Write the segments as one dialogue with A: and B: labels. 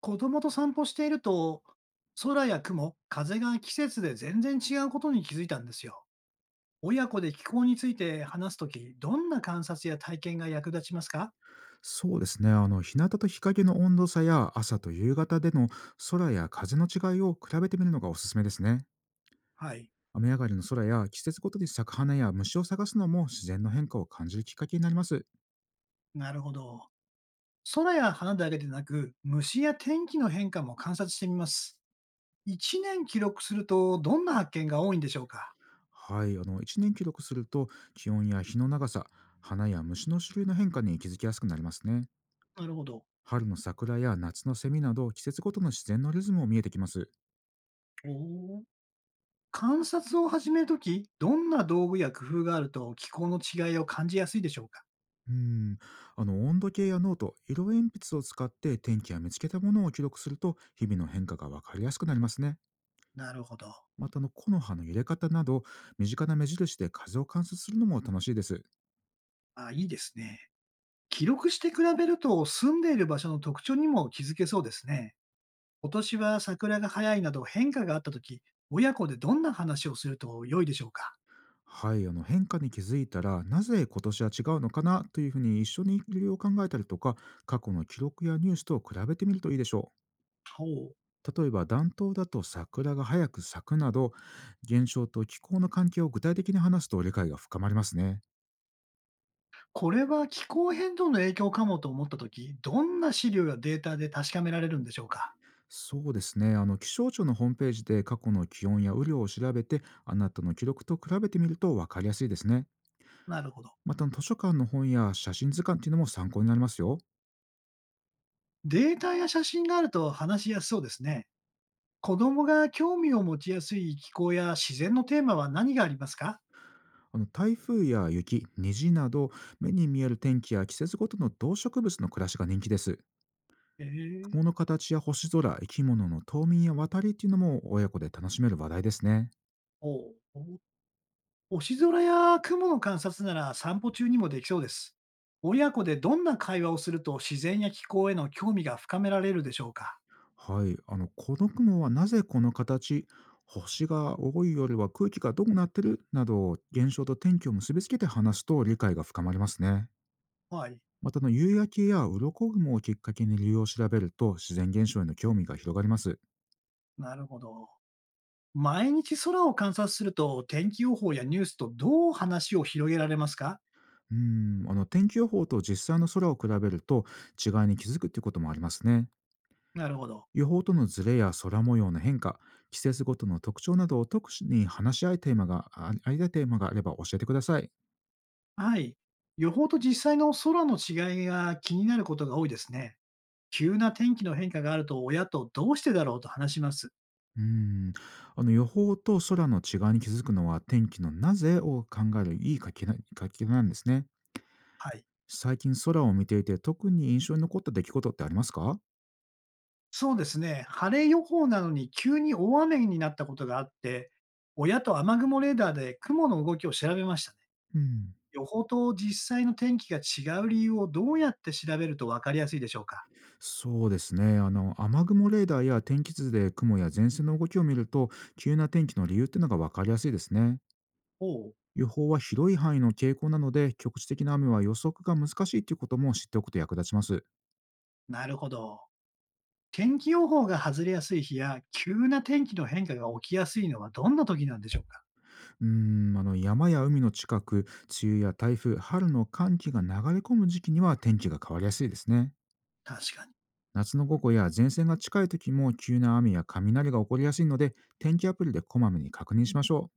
A: 子供と散歩していると、空や雲、風が季節で全然違うことに気づいたんですよ。親子で気候について話すとき、どんな観察や体験が役立ちますか？
B: そうですね。日向と日陰の温度差や朝と夕方での空や風の違いを比べてみるのがおすすめですね。
A: はい。
B: 雨上がりの空や季節ごとに咲く花や虫を探すのも自然の変化を感じるきっかけになります。
A: なるほど。空や花だけでなく、虫や天気の変化も観察してみます。1年記録すると、どんな発見が多いんでしょうか？
B: はい。一年記録すると気温や日の長さ、花や虫の種類の変化に気づきやすくなりますね。
A: なるほど。
B: 春の桜や夏のセミなど季節ごとの自然のリズムも見えてきます。
A: おー。観察を始めるとき、どんな道具や工夫があると気候の違いを感じやすいでしょうか？
B: うん、温度計やノート、色鉛筆を使って天気や見つけたものを記録すると日々の変化がわかりやすくなりますね。
A: なるほど。
B: また木の葉の揺れ方など身近な目印で風を観察するのも楽しいです。
A: あ、いいですね。記録して比べると、住んでいる場所の特徴にも気づけそうですね。今年は桜が早いなど変化があったとき、親子でどんな話をすると良いでしょうか？
B: はい、変化に気づいたら、なぜ今年は違うのかなというふうに一緒に理由を考えたりとか、過去の記録やニュースと比べてみるといいでしょう。
A: ほう。
B: 例えば暖冬だと桜が早く咲くなど、現象と気候の関係を具体的に話すと理解が深まりますね。
A: これは気候変動の影響かもと思ったとき、どんな資料やデータで確かめられるんでしょうか？
B: そうですね。気象庁のホームページで過去の気温や雨量を調べて、あなたの記録と比べてみると分かりやすいですね。
A: なるほど。
B: また図書館の本や写真図鑑っていうのも参考になりますよ。
A: データや写真があると話しやすそうですね。子供が興味を持ちやすい気候や自然のテーマは何がありますか？
B: 台風や雪、虹など、目に見える天気や季節ごとの動植物の暮らしが人気です。
A: ええ。
B: 雲の形や星空、生き物の冬眠や渡りっていうのも親子で楽しめる話題ですね。
A: ほう。星空や雲の観察なら散歩中にもできそうです。親子でどんな会話をすると自然や気候への興味が深められるでしょうか？
B: はい、この雲はなぜこの形、星が多いよりは空気がどうなってるなど、現象と天気を結びつけて話すと理解が深まりますね。
A: はい。
B: また夕焼けや鱗雲をきっかけに理由を調べると、自然現象への興味が広がります。
A: なるほど。毎日空を観察すると天気予報やニュースとどう話を広げられますか？
B: うん、天気予報と実際の空を比べると、違いに気づくっていうこともありますね。
A: なるほど。
B: 予報とのズレや空模様の変化、季節ごとの特徴などを特に話し合いテーマがああり合いたいテーマがあれば教えてください。
A: はい。予報と実際の空の違いが気になることが多いですね。急な天気の変化があると親とどうしてだろうと話します。
B: うーん。予報と空の違いに気づくのは、天気のなぜを考えるいい書き方なんですね。
A: はい。
B: 最近空を見ていて特に印象に残った出来事ってありますか？
A: そうですね。晴れ予報なのに急に大雨になったことがあって、親と雨雲レーダーで雲の動きを調べましたね。
B: うん、
A: 予報と実際の天気が違う理由をどうやって調べると分かりやすいでしょうか？
B: そうですね。雨雲レーダーや天気図で雲や前線の動きを見ると、急な天気の理由っていうのが分かりやすいですね。
A: おう。
B: 予報は広い範囲の傾向なので、局地的な雨は予測が難しいっていうことも知っておくと役立ちます。
A: なるほど。天気予報が外れやすい日や、急な天気の変化が起きやすいのはどんな時なんでしょうか？
B: うー山や海の近く、梅雨や台風、春の寒気が流れ込む時期には天気が変わりやすいですね。
A: 確かに。
B: 夏の午後や前線が近い時も急な雨や雷が起こりやすいので、天気アプリでこまめに確認しましょ。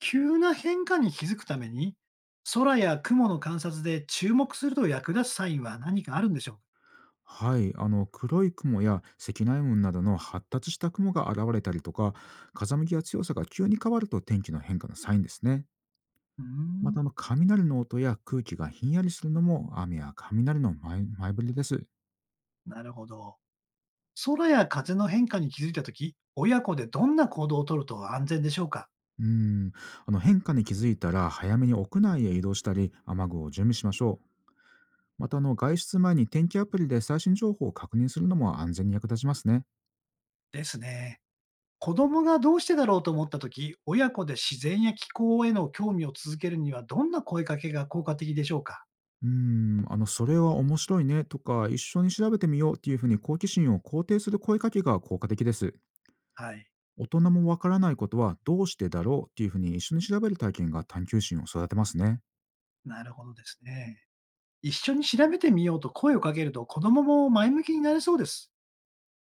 A: 急な変化に気づくために、空や雲の観察で注目すると役立つサインは何かあるんでしょうか？
B: うはい。黒い雲や積乱雲などの発達した雲が現れたりとか、風向きや強さが急に変わると天気の変化のサインですね。
A: うー
B: ま
A: ん、
B: た雷の音や空気がひんやりするのも、雨や雷の前触れです。
A: なるほど。空や風の変化に気づいたとき、親子でどんな行動をとると安全でしょうか？
B: うん、変化に気づいたら早めに屋内へ移動したり、雨具を準備しましょう。また外出前に天気アプリで最新情報を確認するのも安全に役立ちますね。
A: ですね。子供がどうしてだろうと思ったとき、親子で自然や気候への興味を続けるにはどんな声かけが効果的でしょうか？
B: うん、それは面白いねとか、一緒に調べてみようっていうふうに好奇心を肯定する声かけが効果的です。
A: はい。
B: 大人もわからないことはどうしてだろうっていうふうに一緒に調べる体験が探求心を育てますね。
A: なるほどですね。一緒に調べてみようと声をかけると子供も前向きになれそうです。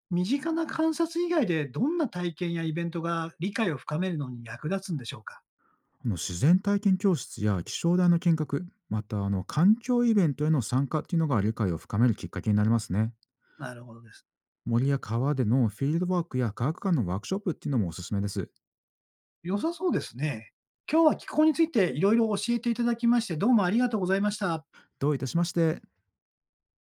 A: 身近な観察以外でどんな体験やイベントが理解を深めるのに役立つんでしょうか？
B: 自然体験教室や気象台の見学、また環境イベントへの参加っていうのが理解を深めるきっかけになりますね。
A: なるほどですね。
B: 森や川でのフィールドワークや科学館のワークショップっていうのもおすすめです。
A: 良さそうですね。今日は気候についていろいろ教えていただきまして、どうもありがとうございました。
B: どういたしまして。